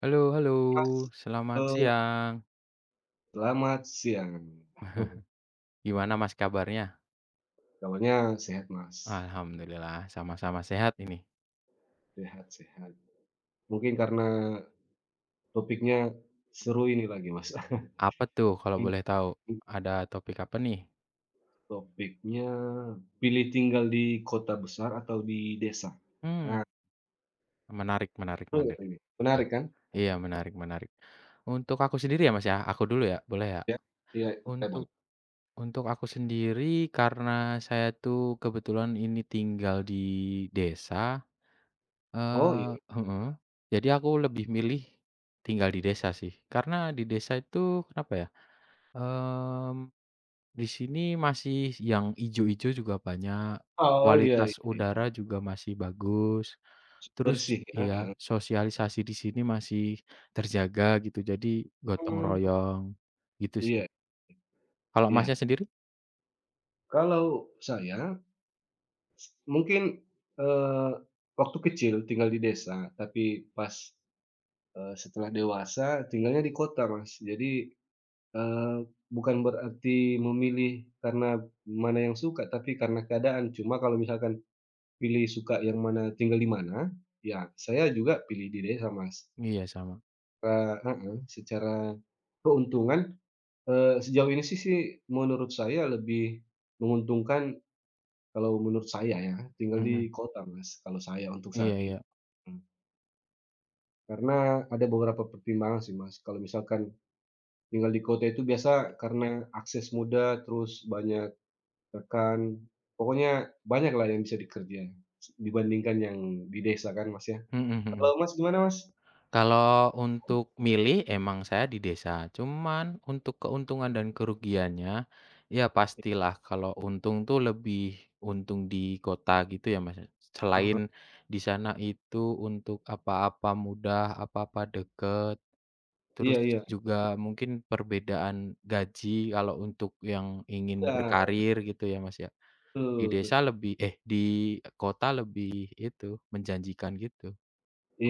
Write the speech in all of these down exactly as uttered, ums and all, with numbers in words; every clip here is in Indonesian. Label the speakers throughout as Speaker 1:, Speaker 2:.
Speaker 1: Halo halo,
Speaker 2: Mas,
Speaker 1: selamat
Speaker 2: eee,
Speaker 1: siang.
Speaker 2: selamat siang.
Speaker 1: Gimana, Mas, kabarnya?
Speaker 2: Kabarnya sehat, Mas?
Speaker 1: Alhamdulillah, sama-sama sehat ini.
Speaker 2: Sehat sehat. Mungkin karena topiknya seru ini lagi, Mas.
Speaker 1: Apa tuh kalau boleh tahu?
Speaker 2: Mhm,
Speaker 1: Ada topik apa nih?
Speaker 2: topiknya pilih tinggal di kota besar atau di desa?
Speaker 1: Hmm,
Speaker 2: Nah,
Speaker 1: Menarik, menarik,
Speaker 2: seru
Speaker 1: menarik.
Speaker 2: ini,
Speaker 1: Ya,
Speaker 2: menarik kan?
Speaker 1: iya,
Speaker 2: Heeh,
Speaker 1: menarik menarik. Untuk aku sendiri ya, Mas, ya, aku dulu ya, boleh ya?
Speaker 2: iya iya, boleh
Speaker 1: Untuk
Speaker 2: boleh.
Speaker 1: untuk aku sendiri karena saya tuh kebetulan ini tinggal di desa.
Speaker 2: Oh,
Speaker 1: Eh,
Speaker 2: iya?
Speaker 1: heeh, jadi aku lebih milih tinggal di desa sih. Karena di desa itu kenapa ya, Mmm, di sini masih yang ijo-ijo juga banyak,
Speaker 2: Oh, iya
Speaker 1: kualitas
Speaker 2: iya
Speaker 1: udara
Speaker 2: iya.
Speaker 1: juga masih bagus, terus
Speaker 2: Bersih ya,
Speaker 1: iya,
Speaker 2: heeh.
Speaker 1: sosialisasi di sini masih terjaga gitu, jadi gotong
Speaker 2: Mmm,
Speaker 1: royong, gitu sih.
Speaker 2: iya
Speaker 1: Kalau Masnya
Speaker 2: iya.
Speaker 1: sendiri?
Speaker 2: Kalau saya mungkin, eee, waktu kecil tinggal di desa, tapi pas, eee, setelah dewasa tinggalnya di kota, Mas. Jadi, eee, bukan berarti memilih karena mana yang suka, tapi karena keadaan. Cuma kalau misalkan pilih suka yang mana, tinggal di mana, ya saya juga pilih di desa, Mas.
Speaker 1: Iya, sama,
Speaker 2: Eee heeh, secara keuntungan, eee, sejauh ini sih sih menurut saya lebih menguntungkan kalau menurut saya ya, tinggal di
Speaker 1: mhm,
Speaker 2: kota, Mas, kalau saya untuk
Speaker 1: iya
Speaker 2: saat ini.
Speaker 1: iya,
Speaker 2: Mmm, karena ada beberapa pertimbangan sih, Mas. Kalau misalkan tinggal di kota itu biasa karena akses mudah, terus banyak rekan, pokoknya banyak lah yang bisa dikerja dibandingkan yang di desa kan, Mas, ya.
Speaker 1: mhm mhm.
Speaker 2: Kalau Mas gimana, Mas?
Speaker 1: Kalau untuk milih emang saya di desa, cuman untuk keuntungan dan kerugiannya, ya pastilah kalau untung tuh lebih untung di kota gitu ya, Mas.
Speaker 2: Heeh,
Speaker 1: Selain di sana itu untuk apa-apa mudah, apa-apa deket,
Speaker 2: iya
Speaker 1: terus
Speaker 2: iya.
Speaker 1: juga mungkin perbedaan gaji kalau untuk yang ingin
Speaker 2: Iya,
Speaker 1: berkarir gitu ya, Mas, ya. Di
Speaker 2: betul bet
Speaker 1: desa lebih, eh, di kota lebih itu, menjanjikan gitu.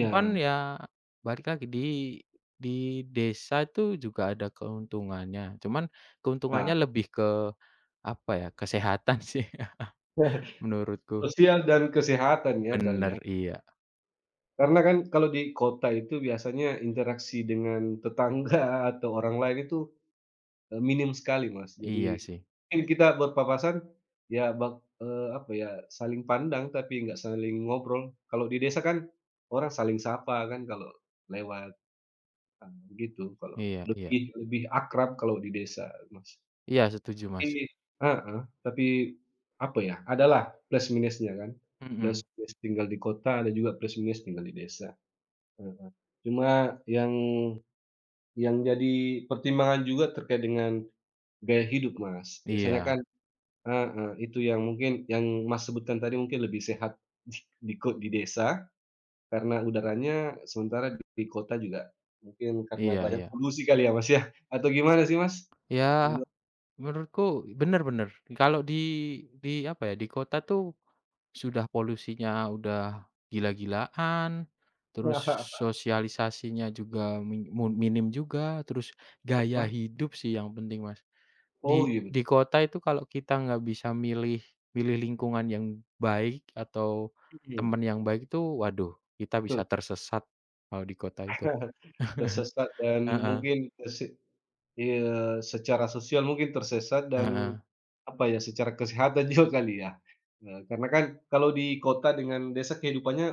Speaker 1: Cuman ya balik lagi, di di desa itu juga ada keuntungannya, cuman
Speaker 2: Nah,
Speaker 1: keuntungannya lebih ke apa ya, kesehatan sih menurutku.
Speaker 2: sosial dan kesehatan ya kali
Speaker 1: Bener,
Speaker 2: ya.
Speaker 1: iya.
Speaker 2: Karena kan kalau di kota itu biasanya interaksi dengan tetangga atau orang lain itu Eee, minim sekali, Mas.
Speaker 1: Iya
Speaker 2: Jadi,
Speaker 1: sih.
Speaker 2: mungkin kita berpapasan, ya bak eee, apa ya, saling pandang tapi nggak saling ngobrol. Kalau di desa kan orang saling sapa kan kalau lewat, eee, gitu, kalau
Speaker 1: Iya iya.
Speaker 2: lebih lebih akrab kalau di desa, Mas.
Speaker 1: Iya, setuju, Mas.
Speaker 2: Tapi heeh, tapi apa ya, adalah plus minusnya kan. Plus
Speaker 1: Mhm.
Speaker 2: minus tinggal di kota, ada juga plus minus tinggal di desa, heeh. Cuma yang yang jadi pertimbangan juga terkait dengan gaya hidup, Mas. Biasanya
Speaker 1: Iya.
Speaker 2: kan. Heeh, itu yang mungkin yang Mas sebutkan tadi mungkin lebih sehat di di ko di desa, karena udaranya sementara di kota juga mungkin karena
Speaker 1: Iya
Speaker 2: banyak
Speaker 1: iya.
Speaker 2: polusi kali ya, Mas, ya? Atau gimana sih, Mas?
Speaker 1: Ya
Speaker 2: Menurut
Speaker 1: menurutku bener bener, kalau di di apa ya, di kota tuh sudah polusinya udah gila-gilaan, terus sosialisasinya juga min mu minim juga, terus gaya
Speaker 2: Hah?
Speaker 1: hidup sih yang penting, Mas.
Speaker 2: Oh,
Speaker 1: Di
Speaker 2: iya betul.
Speaker 1: di kota itu kalau kita nggak bisa milih milih lingkungan yang baik atau
Speaker 2: Hmm,
Speaker 1: teman yang baik itu, waduh kita
Speaker 2: betul,
Speaker 1: bisa tersesat kalau di kota itu.
Speaker 2: tersesat dan
Speaker 1: Heeh
Speaker 2: mungkin terse eee, secara sosial mungkin tersesat dan,
Speaker 1: heeh.
Speaker 2: apa ya, secara kesehatan juga kali ya? Eee, karena kan kalau di kota dengan desa kehidupannya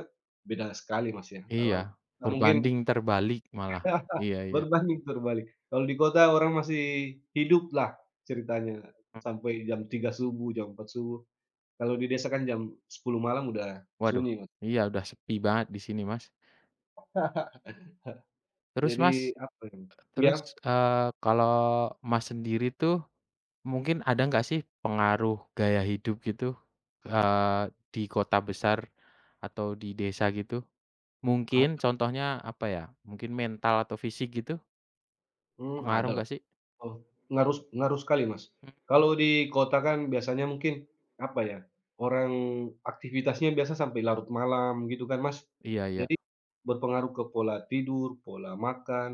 Speaker 2: beda sekali, Mas, ya?
Speaker 1: Iya,
Speaker 2: Kalau mungkin
Speaker 1: berbanding terbalik malah. Iya iya.
Speaker 2: Berbanding terbalik. Kalau di kota orang masih hidup lah ceritanya
Speaker 1: Mmm,
Speaker 2: sampai jam tiga subuh, jam empat subuh. Kalau di desa kan jam sepuluh malam udah
Speaker 1: Waduh,
Speaker 2: sunyi, Mas.
Speaker 1: iya, udah sepi banget di sini, Mas. Terus
Speaker 2: Jadi
Speaker 1: Mas
Speaker 2: apa ya, ya
Speaker 1: Terus, eee, kalau Mas sendiri tuh, mungkin ada nggak sih pengaruh gaya hidup gitu, eee, di kota besar atau di desa gitu?
Speaker 2: ad
Speaker 1: Mungkin contohnya apa ya, mungkin mental atau fisik gitu,
Speaker 2: mmm,
Speaker 1: pengaruh
Speaker 2: ada lah.
Speaker 1: nggak sih?
Speaker 2: Oh, ngaruh ngaruh sekali, Mas.
Speaker 1: Mmm,
Speaker 2: Kalau di kota kan biasanya mungkin apa ya, orang aktivitasnya biasa sampai larut malam gitu kan, Mas.
Speaker 1: iya iya,
Speaker 2: Jadi berpengaruh ke pola tidur, pola makan.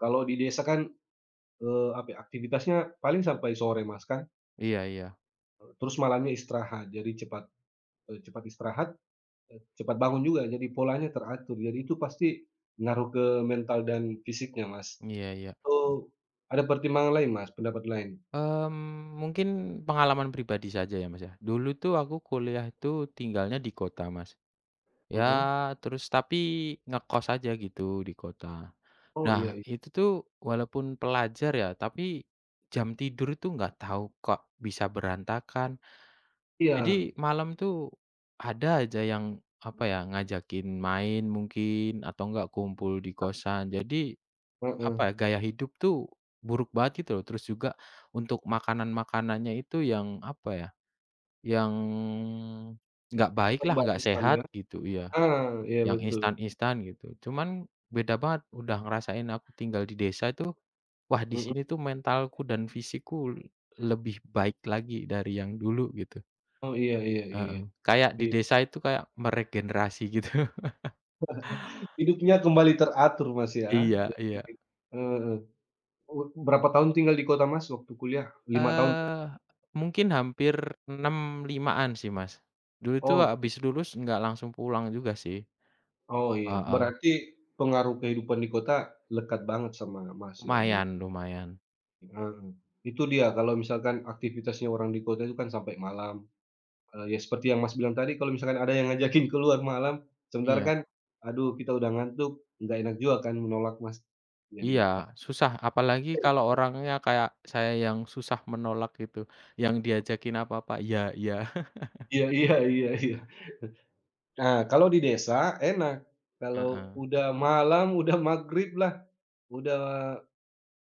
Speaker 2: Kalau di desa kan, eee, apa ya, aktivitasnya paling sampai sore, Mas, kan.
Speaker 1: iya iya,
Speaker 2: Terus malamnya istirahat, jadi cepat, eee, cepat istirahat, eee, cepat bangun juga, jadi polanya teratur. Jadi itu pasti ngaruh ke mental dan fisiknya, Mas.
Speaker 1: iya iya.
Speaker 2: Oh, ada pertimbangan lain, Mas, pendapat lain.
Speaker 1: Mmm, mungkin pengalaman pribadi saja ya, Mas, ya. Dulu tuh aku kuliah itu tinggalnya di kota, Mas.
Speaker 2: Mhm.
Speaker 1: Ya, terus tapi ngekos aja gitu di kota.
Speaker 2: Oh, iya
Speaker 1: Nah,
Speaker 2: i
Speaker 1: itu tuh walaupun pelajar ya, tapi jam tidur tuh nggak tahu kok bisa berantakan.
Speaker 2: iya,
Speaker 1: Jadi malam tuh ada aja yang apa ya, ngajakin main mungkin atau nggak kumpul di kosan. Jadi
Speaker 2: heeh.
Speaker 1: apa ya, gaya hidup tuh buruk banget gitu loh. Terus juga untuk makanan-makanannya itu yang apa ya, yang nggak baik lah, nggak
Speaker 2: Terbataskan
Speaker 1: sehat
Speaker 2: ya.
Speaker 1: gitu. Iya.
Speaker 2: Ah, iya
Speaker 1: Yang
Speaker 2: betul.
Speaker 1: instan-instan gitu. Cuman beda banget udah ngerasain aku tinggal di desa itu, wah di
Speaker 2: Mhm.
Speaker 1: sini tuh mentalku dan fisikku lebih baik lagi dari yang dulu gitu,
Speaker 2: Oh, iya iya iya.
Speaker 1: heeh. Kayak di
Speaker 2: Iya.
Speaker 1: desa itu kayak meregenerasi gitu.
Speaker 2: Hidupnya kembali teratur, Mas, ya.
Speaker 1: Iya
Speaker 2: Jadi,
Speaker 1: iya.
Speaker 2: heeh. Eee, berapa tahun tinggal di kota, Mas, waktu kuliah? Lima tahun?
Speaker 1: Eee, Mungkin hampir enam limaan sih, Mas. Dulu itu
Speaker 2: Oh, gitu.
Speaker 1: habis lulus nggak langsung pulang juga sih.
Speaker 2: Oh iya,
Speaker 1: Heeh.
Speaker 2: berarti pengaruh kehidupan di kota lekat banget sama Mas ya juga,
Speaker 1: Lumayan lumayan.
Speaker 2: heeh. Itu dia kalau misalkan aktivitasnya orang di kota itu kan sampai malam, eee, ya seperti yang Mas bilang tadi kalau misalkan ada yang ngajakin keluar malam, sebentar
Speaker 1: Iya.
Speaker 2: kan, aduh kita udah ngantuk, nggak enak juga kan menolak Mas. Jadi
Speaker 1: Iya, susah apalagi kalau orangnya kayak saya yang susah menolak gitu, yang diajakin apa-apa, iya iya.
Speaker 2: iya iya iya iya. Nah kalau di desa enak,
Speaker 1: Heeh,
Speaker 2: kalau udah malam, udah maghrib lah, udah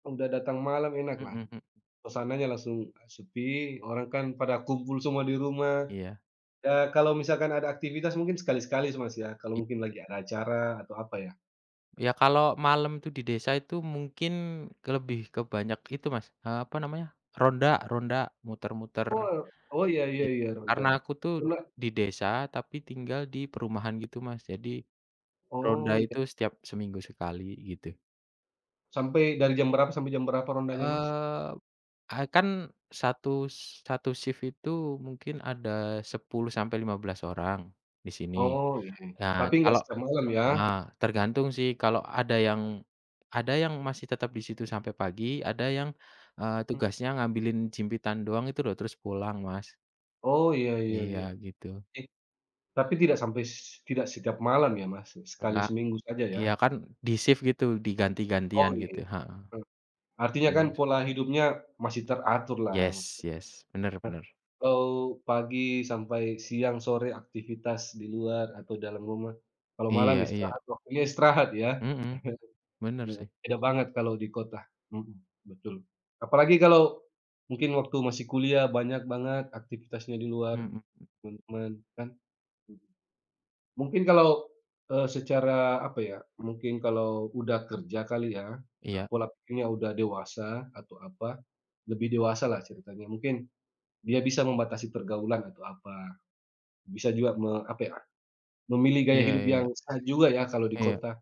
Speaker 2: udah datang malam enak
Speaker 1: mhm
Speaker 2: lah.
Speaker 1: mhm,
Speaker 2: Suasananya langsung, "Ah, sepi, orang kan pada kumpul semua di rumah."
Speaker 1: iya.
Speaker 2: Ya kalau misalkan ada aktivitas mungkin sekali-sekali Mas ya, kalau
Speaker 1: I
Speaker 2: mungkin lagi ada acara atau apa ya?
Speaker 1: Ya kalau malam tuh di desa itu mungkin ke lebih ke banyak itu, Mas, eee, apa namanya, ronda ronda, muter-muter.
Speaker 2: Oh oh iya
Speaker 1: I
Speaker 2: iya iya ronda.
Speaker 1: karena aku tuh
Speaker 2: Ronda,
Speaker 1: di desa tapi tinggal di perumahan gitu, Mas, jadi ronda
Speaker 2: oh iya.
Speaker 1: itu setiap seminggu sekali gitu.
Speaker 2: Sampai dari jam berapa sampai jam berapa rondanya Mas?
Speaker 1: Eee Ah, kan satu satu shift itu mungkin ada sepuluh sampai lima belas orang di sini.
Speaker 2: Oh iya.
Speaker 1: Nah,
Speaker 2: Tapi nggak
Speaker 1: kalau
Speaker 2: setiap malam ya?
Speaker 1: heeh, tergantung sih kalau ada yang ada yang masih tetap di situ sampai pagi, ada yang, eee,
Speaker 2: Mmm,
Speaker 1: tugasnya ngambilin jimpitan doang itu loh terus pulang, Mas.
Speaker 2: oh iya iya
Speaker 1: Iya
Speaker 2: iya.
Speaker 1: gitu.
Speaker 2: Eh, tapi tidak sampai s tidak setiap malam ya Mas? Sekali
Speaker 1: Enggak,
Speaker 2: seminggu saja ya?
Speaker 1: iya kan di shift gitu,
Speaker 2: Oh
Speaker 1: diganti-gantian
Speaker 2: iya.
Speaker 1: gitu, heeh.
Speaker 2: Mmm, artinya kan
Speaker 1: Mhm.
Speaker 2: pola hidupnya masih teratur lah.
Speaker 1: Yes yes, bener
Speaker 2: Eee,
Speaker 1: bener.
Speaker 2: kalau pagi sampai siang, sore aktivitas di luar atau dalam rumah. Kalau malam
Speaker 1: Iya iya,
Speaker 2: istirahat, waktunya istirahat ya.
Speaker 1: mhm, bener
Speaker 2: Heeh,
Speaker 1: sih,
Speaker 2: beda banget kalau di kota. Mhm, betul. Apalagi kalau mungkin waktu masih kuliah banyak banget aktivitasnya di luar,
Speaker 1: mhm.
Speaker 2: teman-teman kan. Mungkin kalau, eee, secara apa ya, mungkin kalau udah kerja kali ya, eee,
Speaker 1: Iya
Speaker 2: pola pikirnya udah dewasa atau apa, lebih dewasa lah ceritanya. Mungkin dia bisa membatasi pergaulan atau apa. Bisa juga me apa ya, memilih gaya
Speaker 1: iya
Speaker 2: hidup
Speaker 1: iya
Speaker 2: yang sehat juga ya kalau di
Speaker 1: iya.
Speaker 2: kota,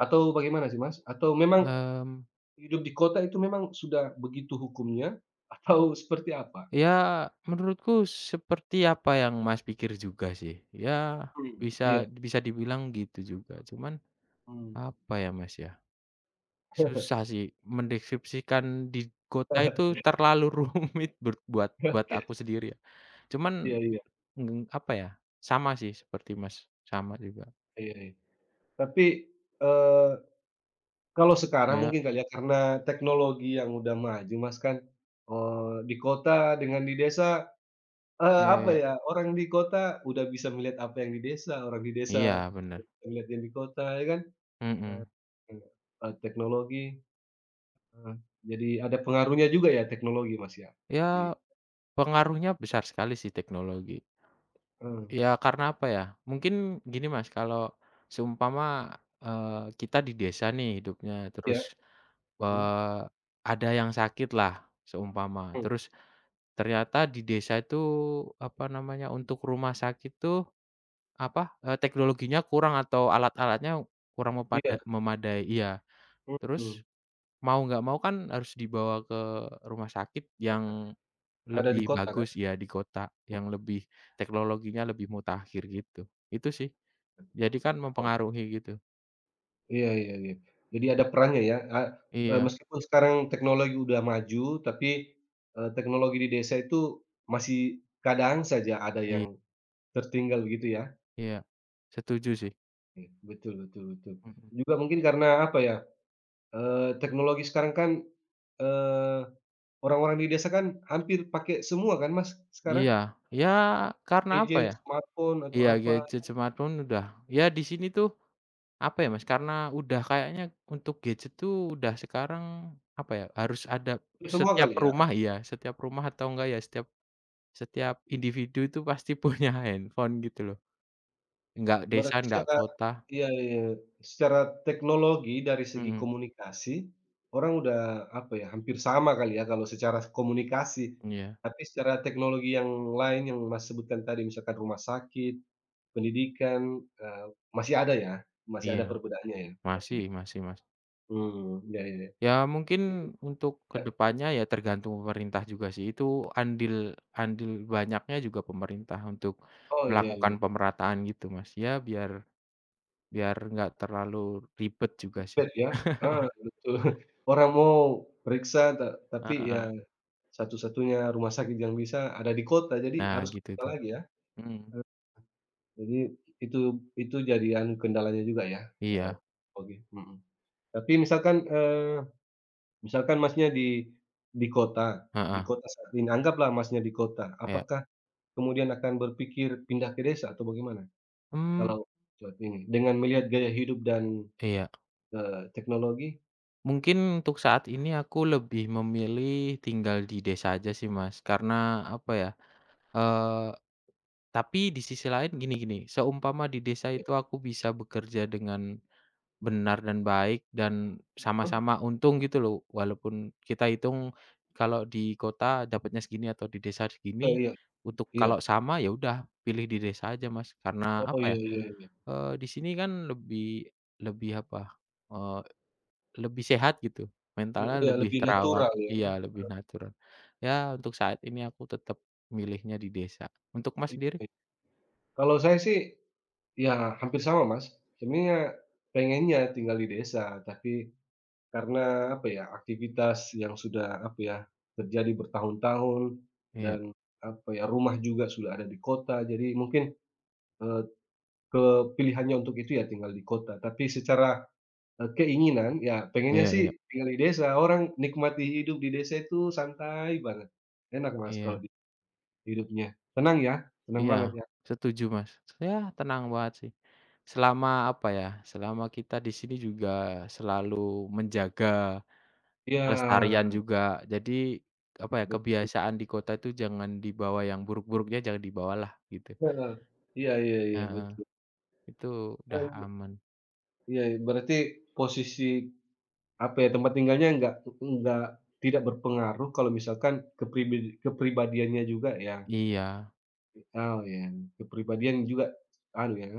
Speaker 2: atau bagaimana sih, Mas? Atau memang
Speaker 1: Mmm,
Speaker 2: hidup di kota itu memang sudah begitu hukumnya atau seperti apa?
Speaker 1: Ya menurutku seperti apa yang Mas pikir juga sih, ya
Speaker 2: Mhm,
Speaker 1: bisa
Speaker 2: iya.
Speaker 1: bisa dibilang gitu juga. Cuman
Speaker 2: Mmm.
Speaker 1: apa ya, Mas, ya, susah sih mendeskripsikan di kota itu terlalu rumit ber buat buat aku sendiri ya. Cuman,
Speaker 2: Iya iya
Speaker 1: mmm, apa ya, sama sih seperti Mas, sama juga.
Speaker 2: iya iya. Tapi, eee, kalau sekarang
Speaker 1: Iya
Speaker 2: mungkin kali ya karena teknologi yang udah maju, Mas, kan, eee, di kota dengan di desa, eee,
Speaker 1: iya
Speaker 2: apa
Speaker 1: iya.
Speaker 2: ya, orang di kota udah bisa melihat apa yang di desa, orang di desa
Speaker 1: Iya bener,
Speaker 2: bisa melihat yang di kota, ya kan? Eee,
Speaker 1: mhm.
Speaker 2: iya, eee, teknologi, heeh, jadi ada pengaruhnya juga ya teknologi, Mas, ya?
Speaker 1: Ya
Speaker 2: Di
Speaker 1: pengaruhnya besar sekali sih teknologi.
Speaker 2: heeh,
Speaker 1: Ya karena apa ya, mungkin gini, Mas, kalau seumpama, eee, kita di desa nih hidupnya,
Speaker 2: iya,
Speaker 1: terus,
Speaker 2: mhm,
Speaker 1: eee, ada yang sakit lah seumpama,
Speaker 2: mmm,
Speaker 1: terus ternyata di desa itu, apa namanya, untuk rumah sakit tuh, apa, eee, teknologinya kurang atau alat-alatnya kurang
Speaker 2: iya,
Speaker 1: mepada memadai iya, terus
Speaker 2: mhm,
Speaker 1: mau nggak mau kan harus dibawa ke rumah sakit yang
Speaker 2: ada di
Speaker 1: lebih
Speaker 2: kota kan?
Speaker 1: bagus ya di kota yang lebih teknologinya lebih mutakhir gitu, itu sih. Jadi kan
Speaker 2: Oh,
Speaker 1: mempengaruhi gitu.
Speaker 2: iya iya iya, jadi ada perannya ya, eee eee,
Speaker 1: Iya
Speaker 2: meskipun sekarang teknologi udah maju, tapi, eee, teknologi di desa itu masih kadang saja ada yang
Speaker 1: iya
Speaker 2: tertinggal gitu ya?
Speaker 1: iya, setuju sih,
Speaker 2: Iya, betul betul betul.
Speaker 1: mhm.
Speaker 2: Juga mungkin karena apa ya, eee, teknologi sekarang kan, eee orang-orang di desa kan hampir pakai semua kan, Mas, sekarang?
Speaker 1: Iya, ya karena apa
Speaker 2: Gadget,
Speaker 1: ya,
Speaker 2: smartphone atau
Speaker 1: iya
Speaker 2: apa,
Speaker 1: gadget smartphone udah, ya di sini tuh apa ya, Mas, karena udah kayaknya untuk gadget tuh udah sekarang apa ya, harus ada
Speaker 2: semua
Speaker 1: setiap
Speaker 2: kali ya?
Speaker 1: rumah, iya, setiap rumah atau enggak ya setiap setiap individu itu pasti punya handphone gitu loh, enggak desa
Speaker 2: Berarti
Speaker 1: enggak
Speaker 2: secara
Speaker 1: kota,
Speaker 2: iya iya, secara teknologi dari segi
Speaker 1: mhm,
Speaker 2: komunikasi, orang udah apa ya, hampir sama kali ya kalau secara komunikasi.
Speaker 1: iya.
Speaker 2: Tapi secara teknologi yang lain yang Mas sebutkan tadi, misalkan rumah sakit, pendidikan, eee, masih ada ya? Masih
Speaker 1: Iya,
Speaker 2: ada perbedaannya ya? Masih
Speaker 1: masih
Speaker 2: be
Speaker 1: masih, Mas.
Speaker 2: mmm, iya iya.
Speaker 1: Ya mungkin
Speaker 2: Iya.
Speaker 1: untuk ke depannya ya tergantung pemerintah juga sih, itu andil andil banyaknya juga pemerintah untuk
Speaker 2: Oh, iya
Speaker 1: melakukan
Speaker 2: iya.
Speaker 1: pemerataan gitu, Mas. Ya biar biar nggak terlalu ribet juga sih.
Speaker 2: Chat ya? Ah, betul. Orang mau periksa ta tapi
Speaker 1: Heeh.
Speaker 2: ya satu-satunya rumah sakit yang bisa ada di kota, jadi
Speaker 1: Nah
Speaker 2: harus ke
Speaker 1: gitu
Speaker 2: kota
Speaker 1: tuh.
Speaker 2: lagi ya.
Speaker 1: Mhm.
Speaker 2: Jadi itu itu jadi anu kendalanya juga ya, eee,
Speaker 1: Iya,
Speaker 2: oke, mhm. Tapi misalkan, eee, misalkan Masnya di di kota di
Speaker 1: heeh,
Speaker 2: kota saat ini, anggaplah Masnya di kota,
Speaker 1: iya.
Speaker 2: apakah kemudian akan berpikir pindah ke desa atau bagaimana?
Speaker 1: Mmm,
Speaker 2: Kalau saat ini dengan melihat gaya hidup dan,
Speaker 1: iya.
Speaker 2: eee, teknologi?
Speaker 1: Mungkin untuk saat ini aku lebih memilih tinggal di desa aja sih, Mas, karena apa ya, eee tapi di sisi lain gini gini, seumpama di desa
Speaker 2: Ya,
Speaker 1: itu aku bisa bekerja dengan benar dan baik dan
Speaker 2: oh,
Speaker 1: sama-sama untung gitu loh, walaupun kita hitung kalau di kota dapatnya segini atau di desa
Speaker 2: iya
Speaker 1: segini,
Speaker 2: iya
Speaker 1: untuk
Speaker 2: iya.
Speaker 1: kalau sama ya udah pilih di desa aja, Mas, karena
Speaker 2: Oh, iya
Speaker 1: apa ya,
Speaker 2: iya iya.
Speaker 1: eee, di sini kan lebih lebih apa, eee, lebih sehat gitu,
Speaker 2: Le
Speaker 1: mentalnya
Speaker 2: iya,
Speaker 1: lebih
Speaker 2: lebih
Speaker 1: terawat
Speaker 2: natural ya.
Speaker 1: iya lebih natural. Ya untuk saat ini aku tetap milihnya di desa. Untuk Mas sendiri?
Speaker 2: Oke. Kalau saya sih, ya hampir sama Mas, sebenarnya pengennya tinggal di desa, tapi karena apa ya, aktivitas yang sudah apa ya, terjadi bertahun-tahun
Speaker 1: Iya
Speaker 2: dan apa ya, rumah juga sudah ada di kota, jadi mungkin, eee, ke untuk itu ya tinggal di kota. Tapi secara, eee, keinginan, ya pengennya
Speaker 1: iya iya.
Speaker 2: sih tinggal di desa, orang nikmati hidup di desa itu santai banget. Enak Mas kalau
Speaker 1: Iya
Speaker 2: di hidupnya. Tenang ya, tenang
Speaker 1: iya,
Speaker 2: banget ya.
Speaker 1: setuju, Mas. Ya tenang banget sih. Selama apa ya, selama kita di sini juga selalu menjaga
Speaker 2: Iya,
Speaker 1: kelestarian juga. Jadi apa ya,
Speaker 2: betul.
Speaker 1: kebiasaan di kota itu jangan dibawa yang buruk-buruknya jangan dibawalah gitu.
Speaker 2: Heeh. Iya iya iya,
Speaker 1: Heeh,
Speaker 2: betul.
Speaker 1: itu udah
Speaker 2: Eee,
Speaker 1: aman.
Speaker 2: Iya, iya, berarti posisi, apa ya, tempat tinggalnya nggak nggak tidak berpengaruh kalau misalkan kepribadi kepribadiannya juga ya.
Speaker 1: Iya,
Speaker 2: Oh, ya, kepribadian juga anu ya,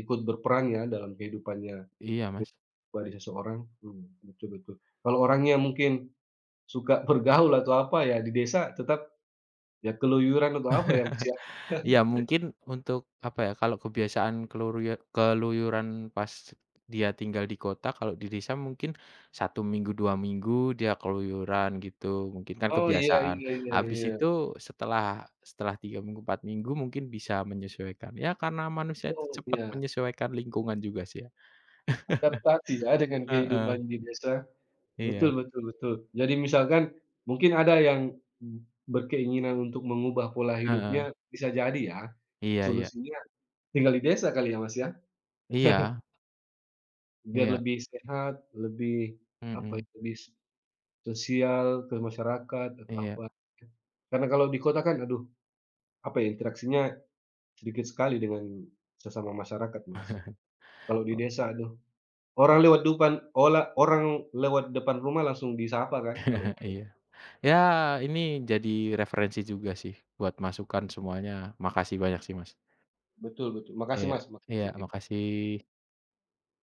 Speaker 2: ikut berperan ya dalam kehidupannya
Speaker 1: iya, Mas.
Speaker 2: pribadi seseorang. Mmm, betul betul. Kalau orangnya mungkin suka bergaul atau apa ya di desa tetap ya keluyuran atau apa ya, Mas, ya.
Speaker 1: Iya mungkin untuk apa ya, kalau kebiasaan keluruye keluyuran pas dia tinggal di kota, kalau di desa mungkin satu minggu, dua minggu dia keluyuran gitu, mungkin kan Mhm.
Speaker 2: Oh, iya
Speaker 1: kebiasaan.
Speaker 2: iya iya
Speaker 1: Habis
Speaker 2: iya.
Speaker 1: itu setelah setelah tiga minggu, 4 minggu mungkin bisa menyesuaikan. Ya karena manusia itu
Speaker 2: Oh,
Speaker 1: cepat
Speaker 2: iya.
Speaker 1: menyesuaikan lingkungan juga sih ya.
Speaker 2: Adaptasi ya dengan
Speaker 1: Heeh,
Speaker 2: kehidupan di desa,
Speaker 1: iya,
Speaker 2: betul betul betul. Jadi misalkan mungkin ada yang berkeinginan untuk mengubah pola hidupnya,
Speaker 1: heeh,
Speaker 2: bisa jadi ya,
Speaker 1: iya iya,
Speaker 2: solusinya tinggal di desa kali ya, Mas, ya?
Speaker 1: iya
Speaker 2: Biar
Speaker 1: iya,
Speaker 2: lebih sehat, lebih apa
Speaker 1: mhm,
Speaker 2: ya, lebih sosial ke masyarakat atau
Speaker 1: iya,
Speaker 2: apa. Karena kalau di kota kan aduh, apa ya, interaksinya sedikit sekali dengan sesama masyarakat, Mas. Kalau di
Speaker 1: oh,
Speaker 2: desa aduh, orang lewat depan ola orang lewat depan rumah langsung disapa kan kalau di
Speaker 1: iya. Ya, ini jadi referensi juga sih buat masukan semuanya. Makasih banyak sih, Mas.
Speaker 2: Betul betul. Makasih
Speaker 1: Iya
Speaker 2: Mas,
Speaker 1: iya,
Speaker 2: makasih.
Speaker 1: makasih.